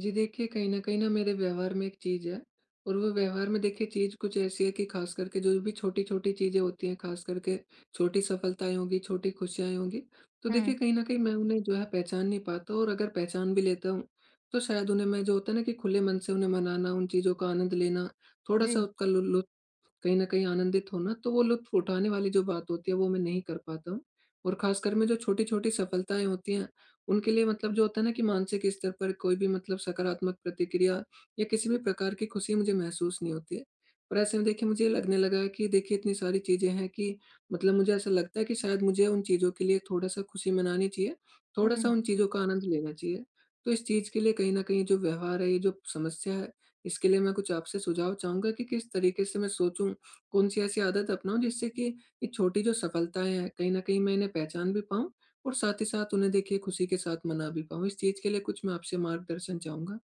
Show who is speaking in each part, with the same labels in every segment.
Speaker 1: जी देखिए, कहीं न कहीं ना मेरे व्यवहार में एक चीज़ है। और वो व्यवहार में देखिए चीज़ कुछ ऐसी है कि ख़ास करके जो भी छोटी-छोटी चीज़ें होती हैं, ख़ास करके छोटी सफलताएँ होंगी, छोटी खुशियाँ होंगी, तो
Speaker 2: हुँ।
Speaker 1: देखिए कहीं न कहीं मैं उन्हें जो है पहचान नहीं पाता, और अगर पहचान भी लेता हूँ, तो शायद उन्हें मैं जो होता है ना कि खुले मन से उन्हें मनाना, उन चीज़ों का आनंद लेना, थोड़ा-सा
Speaker 2: जी।
Speaker 1: उसका लु लुत्फ़, कहीं न कहीं आनंदित होना, तो वो लुत्फ़ उठाने वाली जो बात होती है, वो मैं नहीं कर पाता हूँ। और ख़ासकर में जो छोटी-छोटी सफलताएँ होती हैं, उनके लिए मतलब जो होता है ना कि मानसिक स्तर पर कोई भी मतलब सकारात्मक प्रतिक्रिया या किसी भी प्रकार की खुशी मुझे महसूस नहीं होती है। और ऐसे में देखिए मुझे लगने लगा है कि देखिए इतनी सारी चीज़ें हैं कि मतलब मुझे ऐसा लगता है कि शायद मुझे उन चीज़ों के लिए थोड़ा-सा खुशी मनानी चाहिए, थोड़ा-सा
Speaker 2: हुँ।
Speaker 1: उन चीज़ों का आनंद लेना चाहिए। तो इस चीज़ के लिए कहीं न कहीं जो व्यवहार है, ये जो समस्या है, इसके लिए मैं कुछ आपसे सुझाव चाहूँगा कि किस तरीके से मैं सोचूँ, कौन-सी ऐसी आदत अपनाऊँ जिससे कि ये छोटी जो सफलताएँ हैं, कहीं न कहीं मैं इन्हें पहचान भी पाऊँ और साथ ही साथ उन्हें देखिए खुशी के साथ मना भी पाऊँ। इस चीज़ के लिए कुछ मैं आपसे मार्गदर्शन चाहूँगा।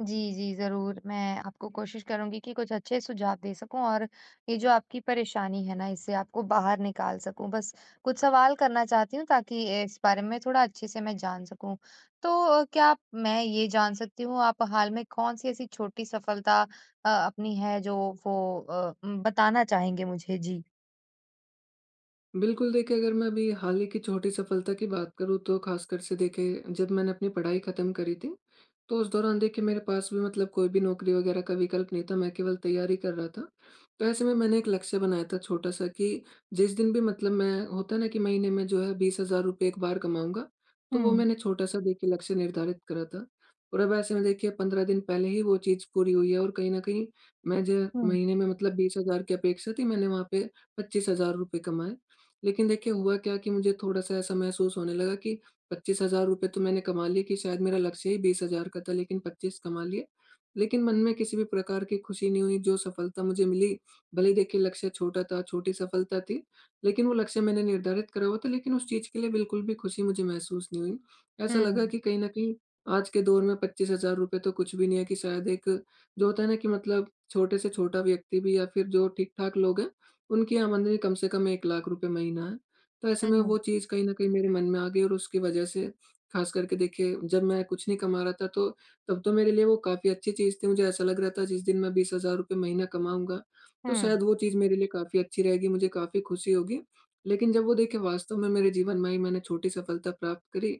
Speaker 2: जी, जी, ज़रूर, मैं आपको कोशिश करूँगी कि कुछ अच्छे सुझाव दे सकूँ और ये जो आपकी परेशानी है ना, इससे आपको बाहर निकाल सकूँ। बस कुछ सवाल करना चाहती हूँ ताकि इस बारे में थोड़ा अच्छे से मैं जान सकूँ। तो क्या आप मैं ये जान सकती हूँ, आप हाल में कौन-सी ऐसी छोटी सफलता अपनी है जो वो बताना चाहेंगे मुझे? जी।
Speaker 1: बिल्कुल, देखिए अगर मैं अभी हाल ही की छोटी सफलता की बात करूँ तो ख़ासकर से देखिए जब मैंने अपनी पढ़ाई ख़त्म करी थी, तो उस दौरान देखिए मेरे पास भी मतलब कोई भी नौकरी वग़ैरह का विकल्प नहीं था, मैं केवल तैयारी कर रहा था। तो ऐसे में मैंने एक लक्ष्य बनाया था छोटा-सा कि जिस दिन भी मतलब मैं होता है ना कि महीने में जो है ₹20,000 एक बार कमाऊँगा, तो वो
Speaker 2: हुँ,
Speaker 1: मैंने छोटा-सा देखिए लक्ष्य निर्धारित करा था। और अब ऐसे में देखिए 15 दिन पहले ही वो चीज़ पूरी हुई है, और कहीं न कहीं मैं जो
Speaker 2: हुँ।
Speaker 1: महीने में मतलब 20,000 की अपेक्षा थी, मैंने वहाँ पे ₹25,000 कमाए। लेकिन देखिए हुआ क्या कि मुझे थोड़ा-सा ऐसा महसूस होने लगा कि ₹25,000 तो मैंने कमा लिए कि शायद मेरा लक्ष्य ही 20,000 का था, लेकिन 25 कमा लिए। लेकिन मन में किसी भी प्रकार की खुशी नहीं हुई, जो सफलता मुझे मिली, भले ही देखिए लक्ष्य छोटा था, छोटी सफलता थी, लेकिन वो लक्ष्य मैंने निर्धारित करा हुआ था, लेकिन उस चीज़ के लिए बिल्कुल भी खुशी मुझे महसूस नहीं हुई। ऐसा
Speaker 2: हुँ,
Speaker 1: लगा
Speaker 2: हुँ,
Speaker 1: कि कहीं न कहीं आज के दौर में ₹25,000 तो कुछ भी नहीं है, कि शायद एक जो होता है ना कि मतलब छोटे से छोटा व्यक्ति भी या फिर जो ठीक-ठाक लोग हैं, उनकी आमदनी कम से कम 1 लाख रुपए महीना है। तो ऐसे में
Speaker 2: हुँ,
Speaker 1: वो चीज़ कहीं न कहीं मेरे मन में आ गई, और उसकी वजह से ख़ास करके देखिए जब मैं कुछ नहीं कमा रहा था, तो तब तो मेरे लिए वो काफ़ी अच्छी चीज़ थी। मुझे ऐसा लग रहा था जिस दिन मैं ₹20,000 महीना कमाऊँगा, तो
Speaker 2: हुँ,
Speaker 1: शायद वो चीज़ मेरे लिए काफ़ी अच्छी रहेगी, मुझे काफ़ी खुशी होगी। लेकिन जब वो देखिए वास्तव में मेरे जीवन में ही मैंने छोटी सफलता प्राप्त करी,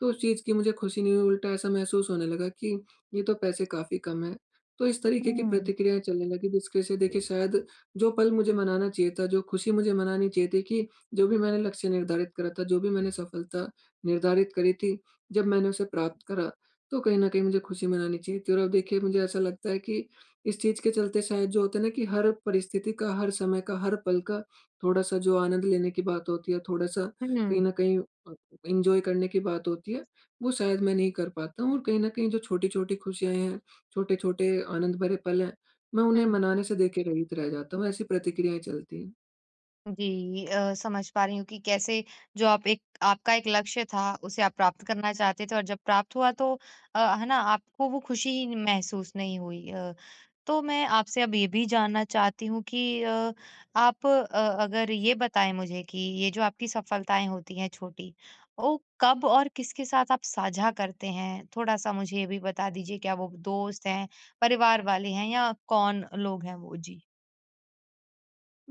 Speaker 1: तो उस चीज़ की मुझे खुशी नहीं हुई, उल्टा ऐसा महसूस होने लगा कि ये तो पैसे काफ़ी कम हैं। तो इस तरीके की
Speaker 2: हुँ,
Speaker 1: प्रतिक्रियाएँ चलने लगी, जिसके से देखिए शायद जो पल मुझे मनाना चाहिए था, जो खुशी मुझे मनानी चाहिए थी कि जो भी मैंने लक्ष्य निर्धारित करा था, जो भी मैंने सफलता निर्धारित करी थी, जब मैंने उसे प्राप्त करा, तो कहीं न कहीं मुझे खुशी मनानी चाहिए थी। और अब देखिए मुझे ऐसा लगता है कि इस चीज़ के चलते शायद जो होता है ना कि हर परिस्थिति का, हर समय का, हर पल का थोड़ा-सा जो आनंद लेने की बात होती है, थोड़ा-सा कहीं
Speaker 2: हुँ,
Speaker 1: न कहीं अ, एन्जॉय करने की बात होती है, वो शायद मैं नहीं कर पाता हूँ, और कहीं न कहीं जो छोटी-छोटी खुशियाँ हैं, छोटे-छोटे आनंद भरे पल हैं, मैं
Speaker 2: हुँ।
Speaker 1: उन्हें मनाने से देखिए रहित रह जाता हूँ, ऐसी प्रतिक्रियाएँ चलती हैं।
Speaker 2: जी समझ पा रही हूँ कि कैसे जो आप एक आपका एक लक्ष्य था उसे आप प्राप्त करना चाहते थे और जब प्राप्त हुआ तो है ना आपको वो खुशी ही नहीं- महसूस नहीं हुई। तो मैं आपसे अब ये भी जानना चाहती हूँ कि आप अ, अगर ये बताएं मुझे कि ये जो आपकी सफलताएं होती हैं छोटी, वो कब और किसके साथ आप साझा करते हैं, थोड़ा सा मुझे ये भी बता दीजिए, क्या वो दोस्त हैं, परिवार वाले हैं या कौन लोग हैं वो? जी।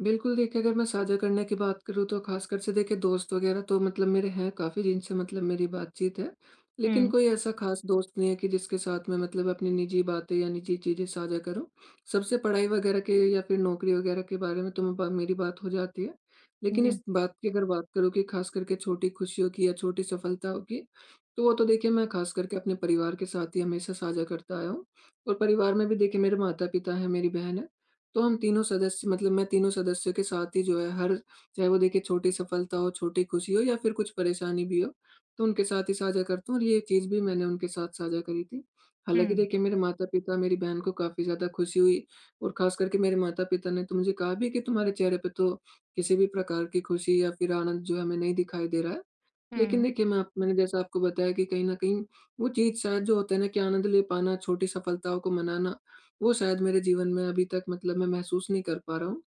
Speaker 1: बिल्कुल, देखिए अगर मैं साझा करने की बात करूँ तो ख़ासकर से देखिए दोस्त वग़ैरह तो मतलब मेरे हैं काफ़ी जिनसे मतलब मेरी बातचीत है। लेकिन
Speaker 2: हम्म।
Speaker 1: कोई ऐसा ख़ास दोस्त नहीं है कि जिसके साथ मैं मतलब अपनी निजी बातें या निजी चीज़ें साझा करूँ। सबसे पढ़ाई वग़ैरह के या फिर नौकरी वग़ैरह के बारे में तो मैं बा मेरी बात हो जाती है। लेकिन
Speaker 2: जी।
Speaker 1: इस बात की अगर बात करूँ कि ख़ास करके छोटी खुशियों की या छोटी सफलताओं की, तो वो तो देखिए मैं ख़ास करके अपने परिवार के साथ ही हमेशा साझा करता आया हूँ। और परिवार में भी देखिए मेरे माता-पिता हैं, मेरी बहन है। तो हम तीनों सदस्य मतलब मैं तीनों सदस्यों के साथ ही जो है हर चाहे वो देखिए छोटी सफलता हो, छोटी खुशी हो या फिर कुछ परेशानी भी हो, तो उनके साथ ही साझा करता हूँ, और ये चीज़ भी मैंने उनके साथ साझा करी थी। हालाँकि
Speaker 2: हम्म।
Speaker 1: देखिए मेरे माता-पिता, मेरी बहन को काफ़ी ज़्यादा खुशी हुई, और ख़ास करके मेरे माता-पिता ने तो मुझे कहा भी कि तुम्हारे चेहरे पे तो किसी भी प्रकार की खुशी या फिर आनंद जो है हमें नहीं दिखाई दे रहा है। लेकिन
Speaker 2: हम्म।
Speaker 1: देखिए, मैंने जैसा आपको बताया कि कहीं न कहीं वो चीज़ शायद जो होता है ना कि आनंद ले पाना, छोटी सफलताओं को मनाना, वो शायद मेरे जीवन में अभी तक मतलब मैं महसूस नहीं कर पा रहा हूँ।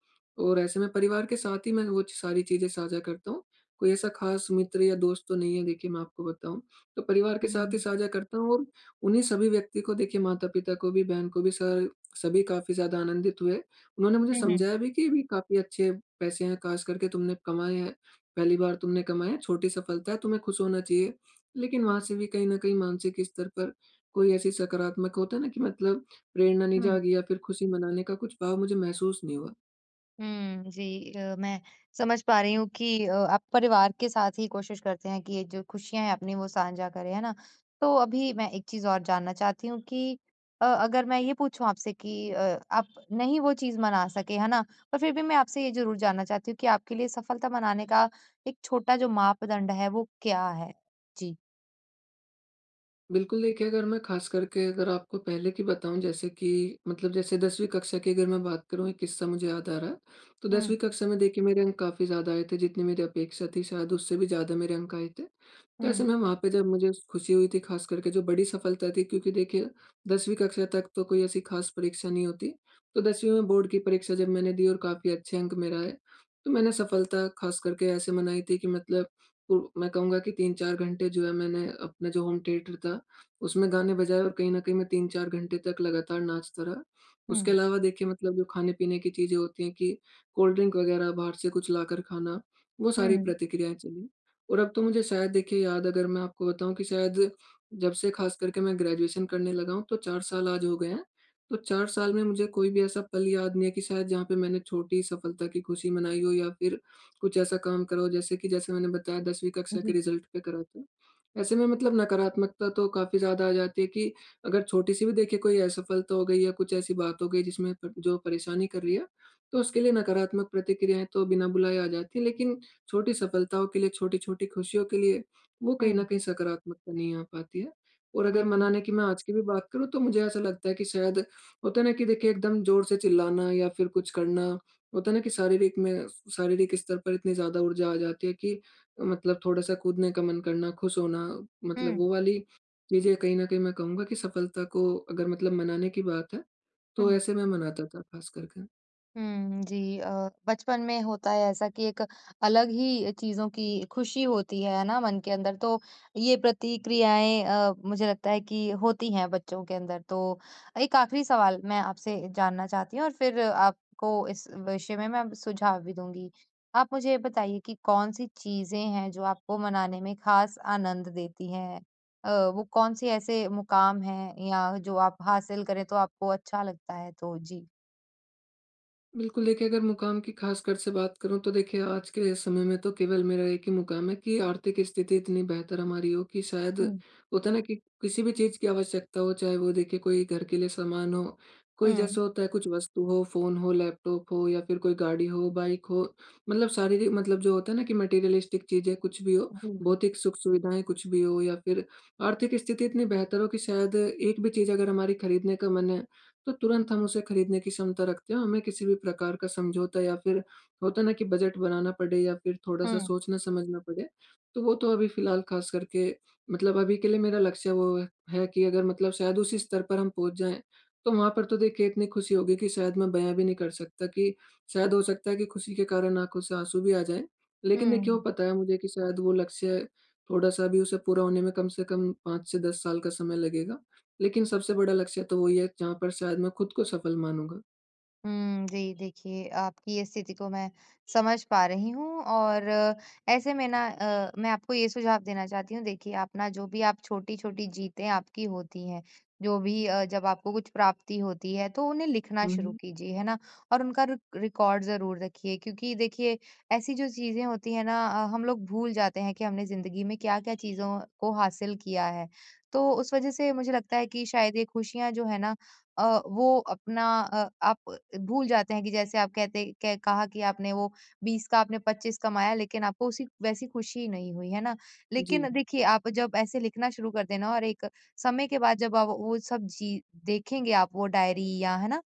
Speaker 1: और ऐसे में परिवार के साथ ही मैं वो सारी चीज़ें साझा करता हूँ। कोई ऐसा ख़ास मित्र या दोस्त तो नहीं है देखिए मैं आपको बताऊँ। तो परिवार के साथ ही
Speaker 2: हुँ।
Speaker 1: साझा करता हूँ, और उन्हीं सभी व्यक्ति को देखिए माता-पिता को भी, बहन को भी सर सभी काफ़ी ज़्यादा आनंदित हुए। उन्होंने मुझे
Speaker 2: हुँ, हुँ।
Speaker 1: समझाया भी कि ये भी काफ़ी अच्छे पैसे हैं, ख़ास करके तुमने कमाए हैं। पहली बार तुमने कमाया, छोटी सफलता है, तुम्हें खुश होना चाहिए। लेकिन वहाँ से भी कहीं न कहीं मानसिक स्तर पर कोई ऐसी सकारात्मक होता है ना कि मतलब प्रेरणा नहीं
Speaker 2: हुँ।
Speaker 1: जागी या फिर खुशी मनाने का कुछ भाव मुझे महसूस नहीं हुआ।
Speaker 2: हुँ, जी मैं समझ पा रही हूँ कि आप परिवार के साथ ही कोशिश करते हैं कि ये जो खुशियाँ हैं अपनी वो साझा करें, है ना? तो अभी मैं एक चीज़ और जानना चाहती हूँ कि अगर मैं ये पूछूँ आपसे कि आप नहीं वो चीज़ मना सके, है ना? पर फिर भी मैं आपसे ये ज़रूर जानना चाहती हूँ कि आपके लिए सफलता मनाने का एक छोटा जो मापदंड है वो क्या है? जी।
Speaker 1: बिल्कुल देखिए, अगर मैं ख़ास करके अगर आपको पहले की बताऊँ जैसे कि मतलब जैसे 10वीं कक्षा की अगर मैं बात करूँ, एक किस्सा मुझे याद आ रहा है। तो
Speaker 2: हुँ,
Speaker 1: 10वीं कक्षा में देखिए मेरे अंक काफ़ी ज़्यादा आए थे, जितनी मेरी अपेक्षा थी शायद उससे भी ज़्यादा मेरे अंक आए थे। तो ऐसे
Speaker 2: हुँ,
Speaker 1: में वहाँ पे जब मुझे खुशी हुई थी खास करके जो बड़ी सफलता थी, क्योंकि देखिए 10वीं कक्षा तक तो कोई ऐसी खास परीक्षा नहीं होती। तो 10वीं में बोर्ड की परीक्षा जब मैंने दी और काफ़ी अच्छे अंक मेरा आए, तो मैंने सफलता खास करके ऐसे मनाई थी कि मतलब पु मैं कहूँगा कि 3-4 घंटे जो है मैंने अपना जो होम थिएटर था, उसमें गाने बजाए और कहीं न कहीं मैं 3-4 घंटे तक लगातार नाचता रहा। उसके
Speaker 2: हुँ,
Speaker 1: अलावा देखिए मतलब जो खाने-पीने की चीज़ें होती हैं कि कोल्ड ड्रिंक वगैरह बाहर से कुछ लाकर खाना, वो सारी
Speaker 2: हुँ,
Speaker 1: प्रतिक्रियाएँ चली। और अब तो मुझे शायद देखिए याद अगर मैं आपको बताऊँ कि शायद जब से ख़ास करके मैं ग्रेजुएशन करने लगा हूँ तो 4 साल आज हो गए हैं। तो 4 साल में मुझे कोई भी ऐसा पल याद नहीं है कि शायद जहाँ पे मैंने छोटी सफलता की खुशी मनाई हो या फिर कुछ ऐसा काम करा हो जैसे कि जैसे मैंने बताया 10वीं कक्षा के
Speaker 2: जी।
Speaker 1: रिज़ल्ट पे करा था। ऐसे में मतलब नकारात्मकता तो काफ़ी ज़्यादा आ जाती है कि अगर छोटी-सी भी देखिए कोई असफलता हो गई या कुछ ऐसी बात हो गई जिसमें प जो परेशानी कर रही है, तो उसके लिए नकारात्मक प्रतिक्रियाएँ तो बिना बुलाए आ जाती हैं। लेकिन छोटी सफलताओं के लिए, छोटी-छोटी खुशियों के लिए, वो कहीं
Speaker 2: हुँ,
Speaker 1: न कहीं सकारात्मकता नहीं आ पाती है। और अगर
Speaker 2: हुँ,
Speaker 1: मनाने की मैं आज की भी बात करूँ तो मुझे ऐसा लगता है कि शायद होता है ना कि देखिए एकदम ज़ोर से चिल्लाना या फिर कुछ करना, होता है ना कि शारीरिक स्तर पर इतनी ज़्यादा ऊर्जा आ जाती है कि मतलब थोड़ा-सा कूदने का मन करना, खुश होना, मतलब
Speaker 2: हुँ,
Speaker 1: वो वाली चीज़ें कहीं न कहीं मैं कहूँगा कि सफलता को अगर मतलब मनाने की बात है, तो
Speaker 2: हुँ।
Speaker 1: ऐसे मैं मनाता था ख़ास करके।
Speaker 2: हुँ, जी बचपन में होता है ऐसा कि एक अलग ही चीज़ों की खुशी होती है ना? मन के अंदर तो ये प्रतिक्रियाएँ मुझे लगता है कि होती हैं बच्चों के अंदर। तो एक आखिरी सवाल मैं आपसे जानना चाहती हूँ और फिर आपको इस विषय में मैं सुझाव भी दूँगी। आप मुझे बताइए कि कौन-सी चीज़ें हैं जो आपको मनाने में ख़ास आनंद देती हैं? वो कौन-से ऐसे मुकाम हैं या जो आप हासिल करें तो आपको अच्छा लगता है? तो जी।
Speaker 1: बिल्कुल, देखिए अगर मुकाम की ख़ासकर से बात करूँ तो देखिए आज के समय में तो केवल मेरा एक ही मुकाम है कि आर्थिक स्थिति इतनी बेहतर हमारी हो कि शायद
Speaker 2: हुँ।
Speaker 1: होता है ना कि किसी भी चीज़ की आवश्यकता हो, चाहे वो देखिए कोई घर के लिए सामान हो, कोई
Speaker 2: हुँ।
Speaker 1: जैसे होता है कुछ वस्तु हो, फ़ोन हो, लैपटॉप हो या फिर कोई गाड़ी हो, बाइक हो, मतलब शारीरिक मतलब जो होता है ना कि मटेरियलिस्टिक चीज़ें कुछ भी हो,
Speaker 2: जी।
Speaker 1: भौतिक सुख-सुविधाएँ कुछ भी हो या फिर आर्थिक स्थिति इतनी बेहतर हो कि शायद एक भी चीज़ अगर हमारी खरीदने का मन है, तो तुरंत हम उसे खरीदने की क्षमता रखते हैं। हमें किसी भी प्रकार का समझौता या फिर होता है ना कि बजट बनाना पड़े या फिर थोड़ा-सा
Speaker 2: हुँ,
Speaker 1: सोचना-समझना पड़े, तो वो तो अभी फ़िलहाल ख़ास करके मतलब अभी के लिए मेरा लक्ष्य वो है कि अगर मतलब शायद उसी स्तर पर हम पहुँच जाएँ, तो वहाँ पर तो देखिए इतनी खुशी होगी कि शायद मैं बयाँ भी नहीं कर सकता कि शायद हो सकता है कि खुशी के कारण आँखों से आँसू भी आ जाएँ। लेकिन देखिए वो
Speaker 2: हुँ।
Speaker 1: पता है मुझे कि शायद वो लक्ष्य थोड़ा-सा अभी उसे पूरा होने में कम से कम 5 से 10 साल का समय लगेगा। लेकिन सबसे बड़ा लक्ष्य तो वही है जहाँ पर शायद मैं खुद को सफल मानूँगा।
Speaker 2: हुँ, जी, देखिए आपकी ये स्थिति को मैं समझ पा रही हूँ और ऐसे में ना मैं आपको ये सुझाव देना चाहती हूँ। देखिए, आप ना जो भी आप छोटी-छोटी जीतें आपकी होती हैं, जो भी जब आपको कुछ प्राप्ति होती है, तो उन्हें लिखना
Speaker 1: हुँ,
Speaker 2: शुरू
Speaker 1: हुँ।
Speaker 2: कीजिए, है ना? और उनका रिकॉर्ड ज़रूर रखिए, क्योंकि देखिए, ऐसी जो चीज़ें होती हैं ना, हम लोग भूल जाते हैं कि हमने ज़िंदगी में क्या-क्या चीज़ों को हासिल किया है। तो उस वज़ह से मुझे लगता है कि शायद ये खुशियाँ जो है ना, अ, वो अपना आप भूल जाते हैं। कि जैसे आप कहते क कहा कि आपने वो 20 का आपने 25 कमाया, लेकिन आपको उसी वैसी खुशी नहीं हुई, है ना? लेकिन
Speaker 1: जी,
Speaker 2: देखिए आप जब ऐसे लिखना शुरू कर देना और एक समय के बाद जब आप वो सब जी देखेंगे, आप वो डायरी, या है ना,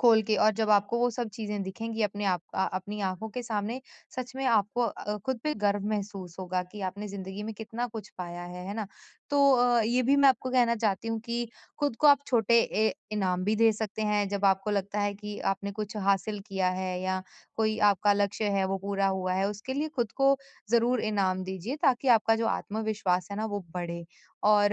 Speaker 2: खोल के और जब आपको वो सब चीज़ें दिखेंगी अपने आप, अपनी आँखों के सामने, सच में आपको खुद पे गर्व महसूस होगा कि आपने ज़िंदगी में कितना कुछ पाया है ना? तो ये भी मैं आपको कहना चाहती हूँ कि खुद को आप छोटे इनाम भी दे सकते हैं, जब आपको लगता है कि आपने कुछ हासिल किया है या कोई आपका लक्ष्य है वो पूरा हुआ है, उसके लिए खुद को ज़रूर इनाम दीजिए ताकि आपका जो आत्मविश्वास है ना वो बढ़े। और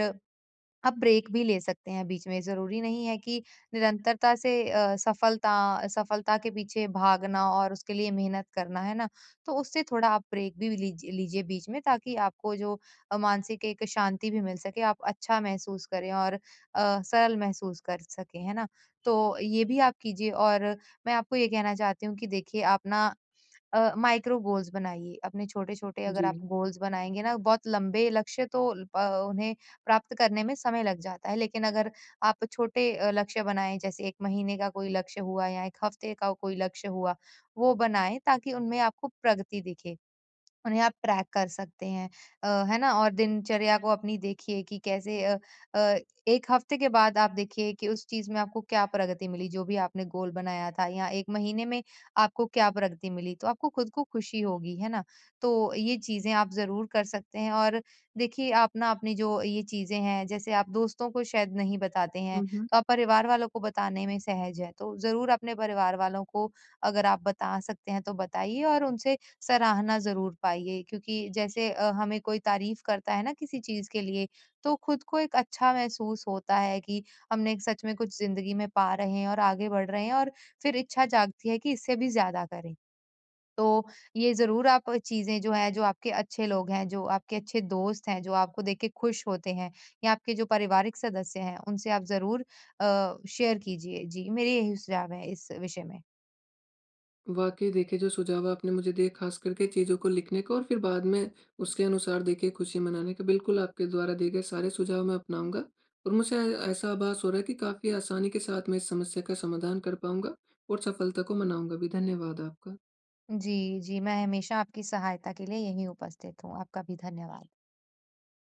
Speaker 2: आप ब्रेक भी ले सकते हैं बीच में, ज़रूरी नहीं है कि निरंतरता से सफलता सफलता के पीछे भागना और उसके लिए मेहनत करना, है ना? तो उससे थोड़ा आप ब्रेक भी लीजिए बीच में, ताकि आपको जो मानसिक एक शांति भी मिल सके, आप अच्छा महसूस करें और सरल महसूस कर सकें, है ना? तो ये भी आप कीजिए। और मैं आपको ये कहना चाहती हूँ कि देखिए आप ना माइक्रो गोल्स बनाइए। अपने छोटे-छोटे अगर
Speaker 1: जी।
Speaker 2: आप गोल्स बनाएँगे ना, बहुत लंबे लक्ष्य तो उन्हें प्राप्त करने में समय लग जाता है। लेकिन अगर आप छोटे लक्ष्य बनाएँ, जैसे 1 महीने का कोई लक्ष्य हुआ या 1 हफ्ते का कोई लक्ष्य हुआ, वो बनाएँ ताकि उनमें आपको प्रगति दिखे। उन्हें आप ट्रैक कर सकते हैं, है ना? और दिनचर्या को अपनी देखिए कि कैसे अ, 1 हफ्ते के बाद आप देखिए कि उस चीज़ में आपको क्या प्रगति मिली, जो भी आपने गोल बनाया था, या 1 महीने में आपको क्या प्रगति मिली, तो आपको खुद को खुशी होगी, है ना? तो ये चीज़ें आप ज़रूर कर सकते हैं। और देखिए आप ना अपनी जो ये चीज़ें हैं, जैसे आप दोस्तों को शायद नहीं बताते हैं,
Speaker 1: हुँ, हुँ।
Speaker 2: तो आप परिवार वालों को बताने में सहज हैं, तो ज़रूर अपने परिवार वालों को अगर आप बता सकते हैं तो बताइए और उनसे सराहना ज़रूर पाइए, क्योंकि जैसे हमें कोई तारीफ़ करता है ना किसी चीज़ के लिए, तो खुद को एक अच्छा महसूस होता है कि हमने एक सच में कुछ ज़िंदगी में पा रहे हैं और आगे बढ़ रहे हैं, और फिर इच्छा जागती है कि इससे भी ज़्यादा करें। तो ये ज़रूर आप चीज़ें जो हैं, जो आपके अच्छे लोग हैं, जो आपके अच्छे दोस्त हैं, जो आपको देख के खुश होते हैं या आपके जो पारिवारिक सदस्य हैं, उनसे आप ज़रूर शेयर कीजिए। जी, मेरे यही सुझाव हैं इस विषय में।
Speaker 1: वाक़ई देखिए जो सुझाव आपने मुझे दिए ख़ास करके चीज़ों को लिखने का और फिर बाद में उसके अनुसार देखिए खुशी मनाने का, बिल्कुल आपके द्वारा दिए गए सारे सुझाव मैं अपनाऊँगा। और मुझे ऐसा आभास हो रहा है कि काफ़ी आसानी के साथ मैं इस समस्या का समाधान कर पाऊँगा और सफलता को मनाऊँगा भी। धन्यवाद आपका।
Speaker 2: जी, जी, मैं हमेशा आपकी सहायता के लिए यहीं उपस्थित हूँ। आपका भी धन्यवाद।